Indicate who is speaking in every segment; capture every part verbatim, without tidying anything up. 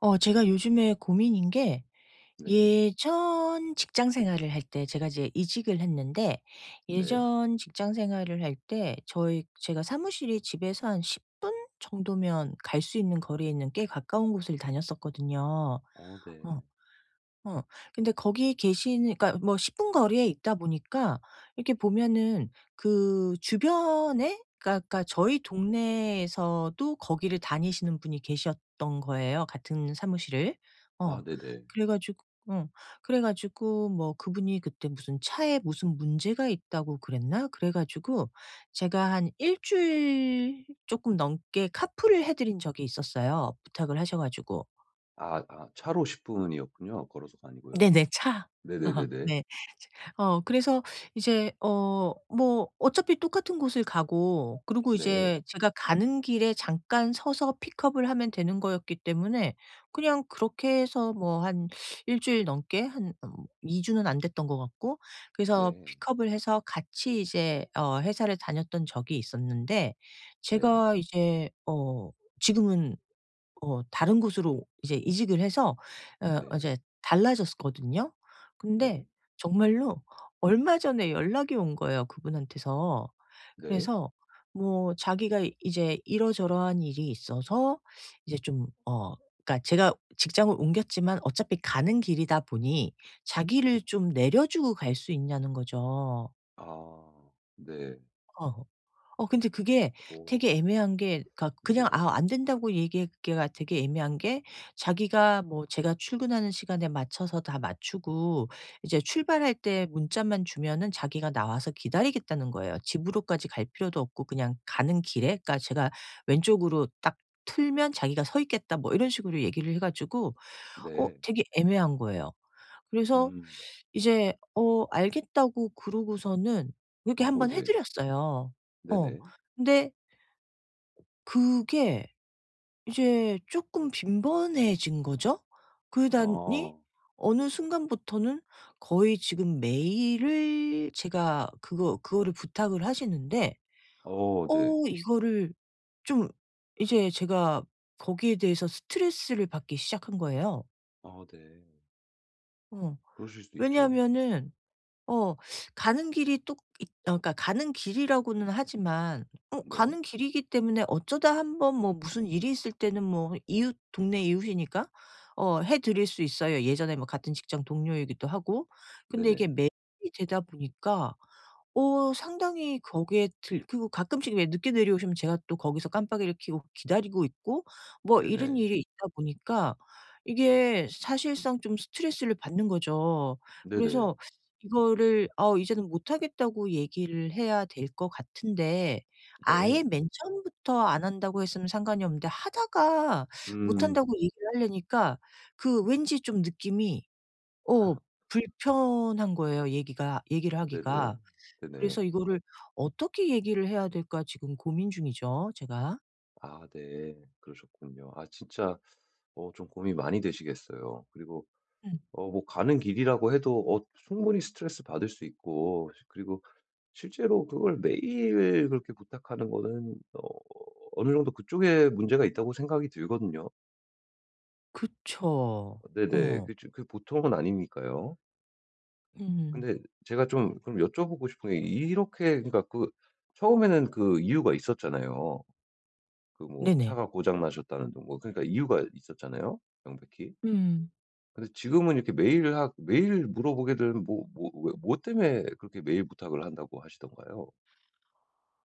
Speaker 1: 어 제가 요즘에 고민인 게
Speaker 2: 네.
Speaker 1: 예전 직장 생활을 할 때 제가 이제 이직을 했는데
Speaker 2: 네.
Speaker 1: 예전 직장 생활을 할 때 저희 제가 사무실이 집에서 한 십 분 정도면 갈 수 있는 거리에 있는 꽤 가까운 곳을 다녔었거든요.
Speaker 2: 어
Speaker 1: 어.
Speaker 2: 네.
Speaker 1: 어. 근데 거기 계시는 그러니까 뭐 십 분 거리에 있다 보니까 이렇게 보면은 그 주변에 그러니까 그러니까 저희 동네에서도 거기를 다니시는 분이 계셨던 거예요, 같은 사무실을. 어.
Speaker 2: 아 네네.
Speaker 1: 그래 가지고 어. 그래 가지고 뭐 그분이 그때 무슨 차에 무슨 문제가 있다고 그랬나? 그래 가지고 제가 한 일 주일 조금 넘게 카풀을 해 드린 적이 있었어요, 부탁을 하셔 가지고.
Speaker 2: 아 아 차로 십 분이었군요. 걸어서가 아니고요.
Speaker 1: 네네. 차.
Speaker 2: 네네네네.
Speaker 1: 네. 어 그래서 이제 어 뭐 어차피 똑같은 곳을 가고, 그리고
Speaker 2: 네.
Speaker 1: 이제 제가 가는 길에 잠깐 서서 픽업을 하면 되는 거였기 때문에 그냥 그렇게 해서 뭐 한 일 주일 넘게, 한 음 이 주 주는 안 됐던 것 같고, 그래서
Speaker 2: 네.
Speaker 1: 픽업을 해서 같이 이제 어 회사를 다녔던 적이 있었는데
Speaker 2: 네.
Speaker 1: 제가 이제 어 지금은 어 다른 곳으로 이제 이직을 해서 음. 어
Speaker 2: 네.
Speaker 1: 이제 달라졌거든요.
Speaker 2: 네.
Speaker 1: 근데 정말로 얼마 전에 연락이 온 거예요, 그분한테서. 음.
Speaker 2: 네.
Speaker 1: 그래서 뭐 자기가 이제 이러저러한 일이 있어서 이제 좀 어 그러니까 제가 직장을 옮겼지만 어차피 가는 길이다 보니 자기를 좀 내려주고 갈 수 있냐는 거죠.
Speaker 2: 아 네.
Speaker 1: 어. 어 근데 그게
Speaker 2: 오
Speaker 1: 되게 애매한 게, 그러니까 그냥
Speaker 2: 네네.
Speaker 1: 아 안 된다고 얘기하기가 되게 애매한 게, 자기가 뭐 제가 출근하는 시간에 맞춰서 다 맞추고, 이제 출발할 때 문자만 주면은 자기가 나와서 기다리겠다는 거예요. 집으로까지 갈 필요도 없고 그냥 가는 길에, 그러니까 제가 왼쪽으로 딱 틀면 자기가 서 있겠다, 뭐 이런 식으로 얘기를 해 가지고 어
Speaker 2: 네.
Speaker 1: 되게 애매한 거예요. 그래서
Speaker 2: 음.
Speaker 1: 이제 어 알겠다고 그러고서는 그렇게 한
Speaker 2: 어
Speaker 1: 번 해
Speaker 2: 네.
Speaker 1: 드렸어요. 어.
Speaker 2: 네네.
Speaker 1: 근데 그게 이제 쪼끔 빈번해진 거죠. 그러다니
Speaker 2: 아.
Speaker 1: 어느 순간부터는 거의 지금 매일을 제가 그거 그거를 부탁을 하시는데
Speaker 2: 어 네.
Speaker 1: 어 이거를 좀 이제 제가 거기에 대해서 스트레스를 받기 시작한 거예요.
Speaker 2: 아 네.
Speaker 1: 어.
Speaker 2: 그러실 수도 있죠.
Speaker 1: 왜냐하면은 어. 가는 길이 또 있 어 그러니까 가는 길이라고는 하지만 어
Speaker 2: 네.
Speaker 1: 가는 길이기 때문에 어쩌다 한번 뭐 무슨 일이 있을 때는, 뭐 이웃 동네 이웃이니까 어 해 드릴 수 있어요. 예전에 뭐 같은 직장 동료이기도 하고. 근데 이게
Speaker 2: 네네.
Speaker 1: 매일이 되다 보니까 어 상당히 거기에 들 그리고 가끔씩 왜 늦게 내려오시면 제가 또 거기서 깜빡이를 켜고 기다리고 있고, 뭐 이런
Speaker 2: 네네.
Speaker 1: 일이 있다 보니까 이게 사실상 좀 스트레스를 받는 거죠.
Speaker 2: 네네.
Speaker 1: 그래서 이거를 어 이제는 못하겠다고 얘기를 해야 될 것 같은데,
Speaker 2: 네.
Speaker 1: 아예 맨 처음부터 안 한다고 했으면 상관이 없는데 하다가
Speaker 2: 음.
Speaker 1: 못한다고 얘기를 하려니까 그 왠지 좀 느낌이 어 불편한 거예요, 얘기가 얘기를
Speaker 2: 네네.
Speaker 1: 하기가.
Speaker 2: 네네.
Speaker 1: 그래서 이거를 어떻게 얘기를 해야 될까 지금 고민 중이죠, 제가.
Speaker 2: 아 네. 그러셨군요. 아 진짜 어 좀 고민 많이 되시겠어요. 그리고
Speaker 1: 음.
Speaker 2: 어 뭐 가는 길이라고 해도 어 충분히 스트레스 받을 수 있고, 그리고 실제로 그걸 매일 그렇게 부탁하는 거는 어 어느 정도 그쪽에 문제가 있다고 생각이 들거든요.
Speaker 1: 그쵸.
Speaker 2: 네네.
Speaker 1: 어.
Speaker 2: 그 저 그 보통은 아니니까요.
Speaker 1: 음.
Speaker 2: 근데 제가 좀 그럼 여쭤보고 싶은 게, 이렇게 그러니까 그 처음에는 그 이유가 있었잖아요. 그 뭐
Speaker 1: 네네.
Speaker 2: 차가 고장 나셨다는 등, 뭐 그러니까 이유가 있었잖아요, 명백히.
Speaker 1: 음.
Speaker 2: 근데 지금은 이렇게 매일 하 매일 물어보게 되면, 뭐 뭐 왜 뭐 때문에 그렇게 매일 부탁을 한다고 하시던가요?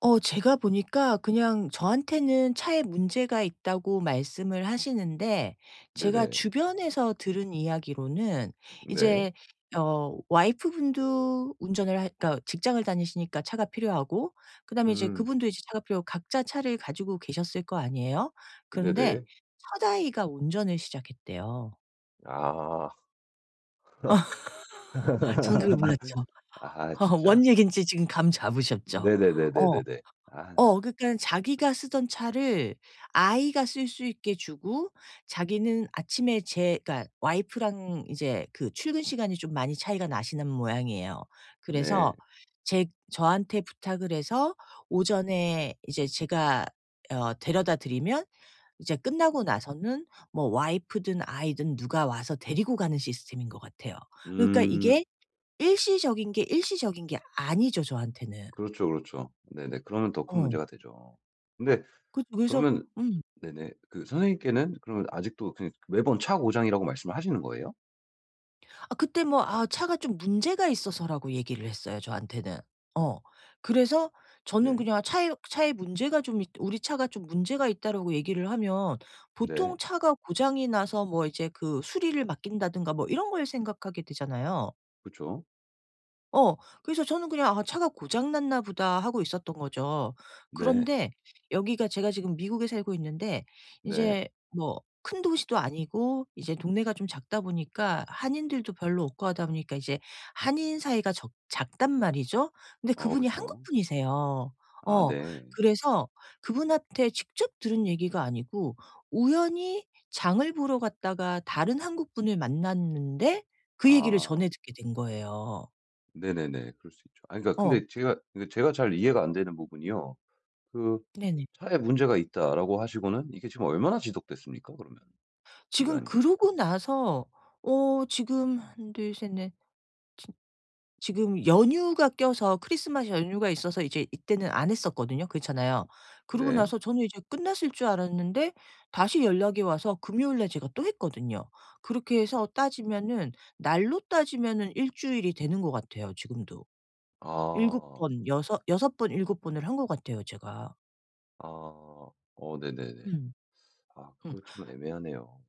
Speaker 1: 어 제가 보니까 그냥 저한테는 차에 문제가 있다고 말씀을 하시는데, 제가
Speaker 2: 네네.
Speaker 1: 주변에서 들은 이야기로는
Speaker 2: 네.
Speaker 1: 이제 어 와이프분도 운전을 하 그러니까 직장을 다니시니까 차가 필요하고, 그다음에 이제
Speaker 2: 음.
Speaker 1: 그분도 이제 차가 필요하고, 각자 차를 가지고 계셨을 거 아니에요. 그런데
Speaker 2: 네네.
Speaker 1: 첫아이가 운전을 시작했대요.
Speaker 2: 아.
Speaker 1: 저는 그걸 몰랐죠.
Speaker 2: 아 진짜.
Speaker 1: 원 얘긴지 지금 감 잡으셨죠? 어.
Speaker 2: 네네네네네네. 아
Speaker 1: 어 그러니까는 자기가 쓰던 차를 아이가 쓸 수 있게 주고, 자기는 아침에 제 그러니까 와이프랑 이제 그 출근 시간이 좀 많이 차이가 나시는 모양이에요.
Speaker 2: 네.
Speaker 1: 그래서 제 저한테 부탁을 해서 오전에 이제 제가 어 데려다 드리면 이제 끝나고 나서는 뭐 와이프든 아이든 누가 와서 데리고 가는 시스템인 것 같아요. 그러니까
Speaker 2: 음.
Speaker 1: 이게 일시적인 게 일시적인 게 아니죠 저한테는.
Speaker 2: 그렇죠, 그렇죠. 네네. 그러면 더 큰
Speaker 1: 어.
Speaker 2: 문제가 되죠. 근데
Speaker 1: 그 그래서
Speaker 2: 그러면
Speaker 1: 음.
Speaker 2: 네네. 그 선생님께는 그러면 아직도 그냥 매번 차 고장이라고 말씀을 하시는 거예요?
Speaker 1: 아 그때 뭐 "아 차가 좀 문제가 있어서."라고 얘기를 했어요 저한테는. 어. 그래서 저는
Speaker 2: 네.
Speaker 1: 그냥 차에 차에 문제가 좀 있 "우리 차가 좀 문제가 있다."라고 얘기를 하면
Speaker 2: 네.
Speaker 1: 보통 차가 고장이 나서 뭐 이제 그 수리를 맡긴다든가 뭐 이런 걸 생각하게 되잖아요.
Speaker 2: 그죠.
Speaker 1: 어. 그래서 저는 그냥 '아 차가 고장 났나 보다.' 하고 있었던 거죠.
Speaker 2: 네.
Speaker 1: 그런데 여기가 제가 지금 미국에 살고 있는데,
Speaker 2: 네.
Speaker 1: 이제 뭐 큰 도시도 아니고 이제 동네가 좀 작다 보니까 한인들도 별로 없고 하다 보니까 이제 한인 사이가 적 작단 말이죠. 근데
Speaker 2: 어그
Speaker 1: 그분이 한국
Speaker 2: 죠
Speaker 1: 분이세요.
Speaker 2: 아
Speaker 1: 어.
Speaker 2: 네.
Speaker 1: 그래서 그분한테 직접 들은 얘기가 아니고 우연히 장을 보러 갔다가 다른 한국 분을 만났는데 그 얘기를
Speaker 2: 아
Speaker 1: 전해 듣게 된 거예요.
Speaker 2: 네네네. 그럴 수 있죠. 아니 그러니까
Speaker 1: 어.
Speaker 2: 근데 제가 그러니까 제가 잘 이해가 안 되는 부분이요. 그
Speaker 1: 네네.
Speaker 2: "차에 문제가 있다."라고 하시고는, 이게 지금 얼마나 지속됐습니까 그러면,
Speaker 1: 지금
Speaker 2: 기간이?
Speaker 1: 그러고 나서 어 지금 하나 둘 셋 넷, 지금 연휴가 껴서, 크리스마스 연휴가 있어서 이제 이때는 안 했었거든요. 그렇잖아요. 그러고
Speaker 2: 네.
Speaker 1: 나서 저는 이제 끝났을 줄 알았는데 다시 연락이 와서 금요일 날 제가 또 했거든요. 그렇게 해서 따지면은, 날로 따지면은 일 주일이 되는 것 같아요 지금도. 일곱
Speaker 2: 아.
Speaker 1: 번, 여섯 여섯 번곱 번을 한 것 같아요 제가.
Speaker 2: 아. 어 네네네. 아
Speaker 1: 음.
Speaker 2: 그거 참 애매하네요.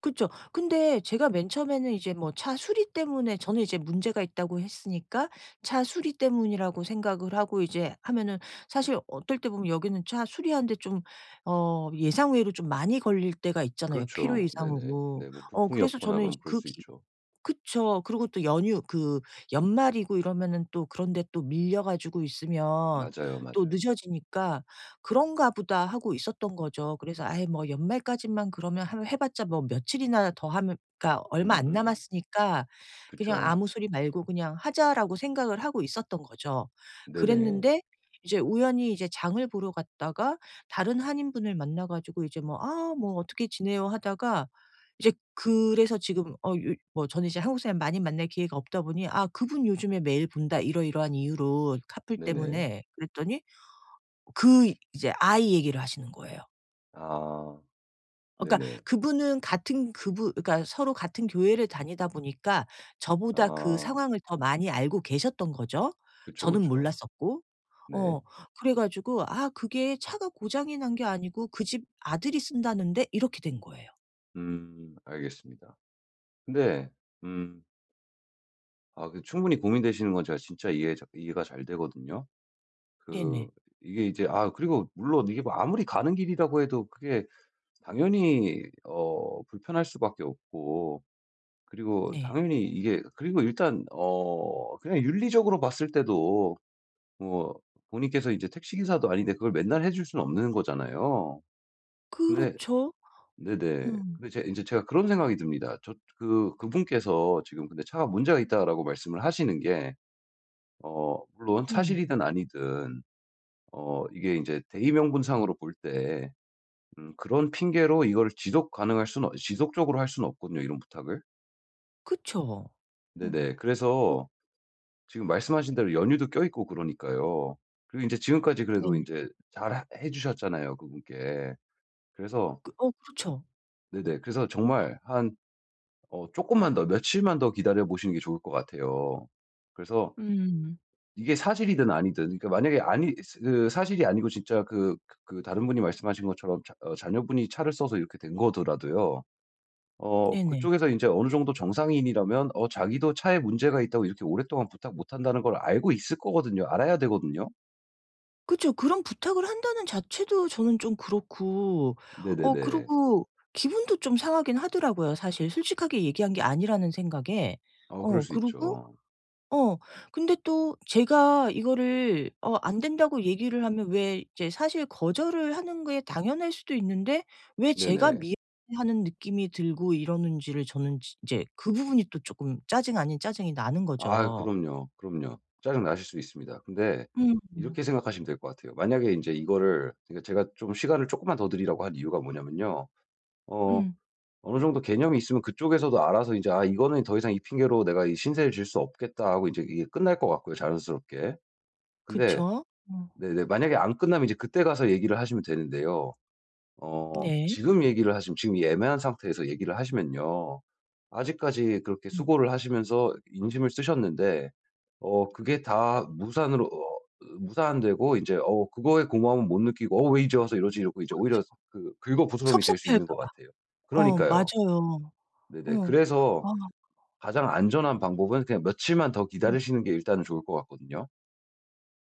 Speaker 1: 그쵸. 근데 제가 맨 처음에는 이제 뭐 차 수리 때문에, 저는 이제 문제가 있다고 했으니까 차 수리 때문이라고 생각을 하고 이제 하면은 사실 어떨 때 보면 여기는 차 수리하는데 좀 어 예상 외로 좀 많이 걸릴 때가 있잖아요, 필요
Speaker 2: 그렇죠. 네네.
Speaker 1: 이상으로.
Speaker 2: 네 뭐
Speaker 1: 어
Speaker 2: 부품이
Speaker 1: 그래서
Speaker 2: 없거나
Speaker 1: 저는 이제
Speaker 2: 그럼 그럴
Speaker 1: 그
Speaker 2: 수
Speaker 1: 기
Speaker 2: 있죠.
Speaker 1: 그쵸. 그리고 또 연휴 그 연말이고 이러면은 또 그런 데 또 밀려 가지고 있으면
Speaker 2: 맞아요,
Speaker 1: 또
Speaker 2: 맞아요.
Speaker 1: 늦어지니까 '그런가 보다.' 하고 있었던 거죠. 그래서 '아이 뭐 연말까지만 그러면 하면 해 봤자 뭐 며칠이나 더 하면, 그러니까 얼마 안
Speaker 2: 음음음.
Speaker 1: 남았으니까 그냥
Speaker 2: 그쵸.
Speaker 1: 아무 소리 말고 그냥 하자.'라고 생각을 하고 있었던 거죠.
Speaker 2: 네네.
Speaker 1: 그랬는데 이제 우연히 이제 장을 보러 갔다가 다른 한인분을 만나 가지고 이제 뭐 "아 뭐 어떻게 지내요?" 하다가 이제 그래서 지금 어 요 뭐 저는 이제 한국 사람 많이 만날 기회가 없다 보니 "아 그분 요즘에 매일 본다.", 이러이러한 이유로 "카풀
Speaker 2: 네네.
Speaker 1: 때문에." 그랬더니 그 이제 아이 얘기를 하시는 거예요.
Speaker 2: 아
Speaker 1: 어, 그러니까
Speaker 2: 네네.
Speaker 1: 그분은 같은 그분 그러니까 서로 같은 교회를 다니다 보니까 저보다 그
Speaker 2: 아
Speaker 1: 상황을 더 많이 알고 계셨던 거죠.
Speaker 2: 그쵸,
Speaker 1: 저는
Speaker 2: 그쵸.
Speaker 1: 몰랐었고. 어
Speaker 2: 네.
Speaker 1: 그래 가지고 "아 그게 차가 고장이 난 게 아니고 그 집 아들이 쓴다는데." 이렇게 된 거예요.
Speaker 2: 음 알겠습니다. 근데 음 아 그 충분히 고민되시는 건 제가 진짜 이해 이해가 잘 되거든요. 그
Speaker 1: 네네.
Speaker 2: 이게 이제 아 그리고 물론 이게 뭐 아무리 가는 길이라고 해도, 그게 당연히 어 불편할 수밖에 없고, 그리고
Speaker 1: 네.
Speaker 2: 당연히 이게 그리고 일단 어 그냥 윤리적으로 봤을 때도 뭐 본인께서 이제 택시 기사도 아닌데 그걸 맨날 해줄 수는 없는 거잖아요. 근데
Speaker 1: 그렇죠.
Speaker 2: 네네.
Speaker 1: 어.
Speaker 2: 근데 제제 제가 그런 생각이 듭니다. 저 그 그분께서 지금 근데 "차가 문제가 있다."라고 말씀을 하시는 게, 어 물론
Speaker 1: 음.
Speaker 2: 사실이든 아니든, 어 이게 이제 대의 명분상으로 볼 때 음 그런 핑계로 이걸 지속 가능할 수는 없 지속적으로 할 수는 없거든요, 이런 부탁을.
Speaker 1: 그쵸. 어.
Speaker 2: 네네.
Speaker 1: 어 어
Speaker 2: 그래서 지금 말씀하신 대로 연유도 껴있고 그러니까요. 그리고 이제 지금까지 그래도 이
Speaker 1: 네네.
Speaker 2: 제 잘 하 해 주셨잖아요, 그분께. 그래서
Speaker 1: 그 어 그렇죠.
Speaker 2: 네네. 그래서 정말 한 어 조금만 더 며칠만 더 기다려 보시는 게 좋을 것 같아요. 그래서
Speaker 1: 음
Speaker 2: 이게 사실이든 아니든, 그러니까 만약에 아니 그 사실이 아니고 진짜 그 그 다른 분이 말씀하신 것처럼 자 어 자녀분이 차를 써서 이렇게 된 거더라도요. 어
Speaker 1: 네네.
Speaker 2: 그쪽에서 이제 어느 정도 정상인이라면, 어 자기도 차에 문제가 있다고 이렇게 오랫동안 부탁 못 한다는 걸 알고 있을 거거든요. 알아야 되거든요.
Speaker 1: 그쵸. 그런 부탁을 한다는 자체도 저는 좀 그렇고 어
Speaker 2: 네네네.
Speaker 1: 그리고 기분도 좀 상하긴 하더라고요 사실. 솔직하게 얘기한 게 아니라는 생각에.
Speaker 2: 어 그럴
Speaker 1: 어
Speaker 2: 수
Speaker 1: 그리고
Speaker 2: 있죠.
Speaker 1: 어. 근데 또 제가 이거를 어 안 된다고 얘기를 하면 왜 이제 사실 거절을 하는 게 당연할 수도 있는데, 왜 제가
Speaker 2: 네네.
Speaker 1: 미안해하는 느낌이 들고 이러는지를 저는 지 이제 그 부분이 또 조금 짜증 아닌 짜증이 나는
Speaker 2: 아
Speaker 1: 거죠.
Speaker 2: 그럼요, 그럼요. 짜증나실 수 있습니다. 근데
Speaker 1: 음.
Speaker 2: 이렇게 생각하시면 될 것 같아요. 만약에 이제 이거를, 그러니까 제가 좀 시간을 조금만 더 드리라고 한 이유가 뭐냐면요. 어
Speaker 1: 음.
Speaker 2: 어느 정도 개념이 있으면 그쪽에서도 알아서 이제 '아 이거는 더 이상 이 핑계로 내가 이 신세를 질 수 없겠다.' 하고 이제 이게 끝날 것 같고요, 자연스럽게. 근데
Speaker 1: 그쵸. 어.
Speaker 2: 네네, 만약에 안 끝나면 이제 그때 가서 얘기를 하시면 되는데요. 어
Speaker 1: 네.
Speaker 2: 지금 얘기를 하시면, 지금 이 애매한 상태에서 얘기를 하시면요, 아직까지 그렇게
Speaker 1: 음
Speaker 2: 수고를 하시면서 인심을 쓰셨는데 어 그게 다 무산으로 어 무산되고 이제 어 그거에 고마움은 못 느끼고 '어 왜 이제 와서 이러지?' 이러고 이제 오히려
Speaker 1: 그쵸.
Speaker 2: 그 긁어부스럼이 될 수 있는
Speaker 1: 섭섭해할까
Speaker 2: 것
Speaker 1: 봐.
Speaker 2: 같아요.
Speaker 1: 어
Speaker 2: 그러니까요.
Speaker 1: 맞아요.
Speaker 2: 네네.
Speaker 1: 어.
Speaker 2: 그래서
Speaker 1: 아
Speaker 2: 가장 안전한 방법은 그냥 며칠만 더
Speaker 1: 음.
Speaker 2: 기다리시는 게 일단은 좋을 것 같거든요.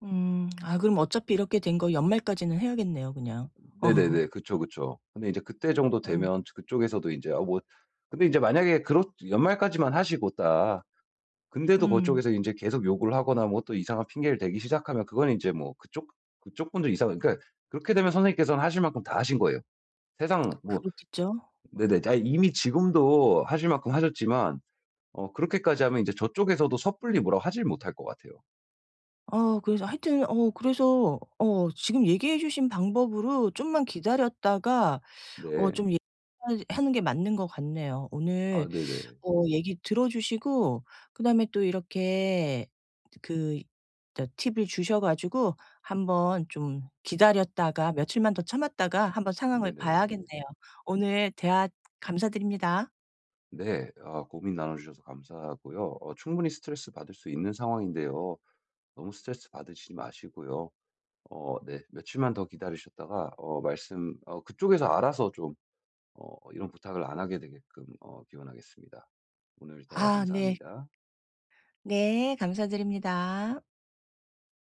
Speaker 1: 음. 아 그럼 어차피 이렇게 된 거 연말까지는 해야겠네요 그냥.
Speaker 2: 네네네. 그쵸, 그쵸. 근데 이제 그때 정도
Speaker 1: 어. 음.
Speaker 2: 되면 그쪽에서도 인제 아 뭐 근데 인제 만약에 그렇 연말까지만 하시고 딱, 근데도
Speaker 1: 음.
Speaker 2: 그쪽에서 인제 계속 요구를 하거나 뭐 또 이상한 핑계를 대기 시작하면, 그건 인제 뭐 그쪽 그쪽 분들 이상 그러니까 그렇게 되면 선생님께서는 하실 만큼 다 하신 거예요. 세상 뭐
Speaker 1: 그렇겠죠.
Speaker 2: 네네. 아 이미 지금도 하실 만큼 하셨지만, 어 그렇게까지 하면 이제 저쪽에서도 섣불리 뭐라고 하질 못할 것 같아요.
Speaker 1: 어 그래서 하여튼 어 그래서 어 지금 얘기해 주신 방법으로 좀만 기다렸다가 어
Speaker 2: 네.
Speaker 1: 좀 얘기하 하는 게 맞는 것 같네요. 오늘
Speaker 2: 아 네네.
Speaker 1: 어 얘기 들어 주시고, 그다음에 또 이렇게 그 저 팁을 주셔 가지고 한번 좀 기다렸다가 며칠만 더 참았다가 한번 상황을
Speaker 2: 네네.
Speaker 1: 봐야겠네요. 오늘 대화 감사드립니다.
Speaker 2: 네. 아 고민 나눠주셔서 감사하고요. 어 충분히 스트레스 받을 수 있는 상황인데요. 너무 스트레스 받으시지 마시고요. 어 네. 며칠만 더 기다리셨다가 어 말씀 어 그쪽에서 알아서 좀 어 이런 부탁을 안 하게 되게끔 어 기원하겠습니다. 오늘 대화
Speaker 1: 아 네.
Speaker 2: 감사합니다.
Speaker 1: 네 감사드립니다.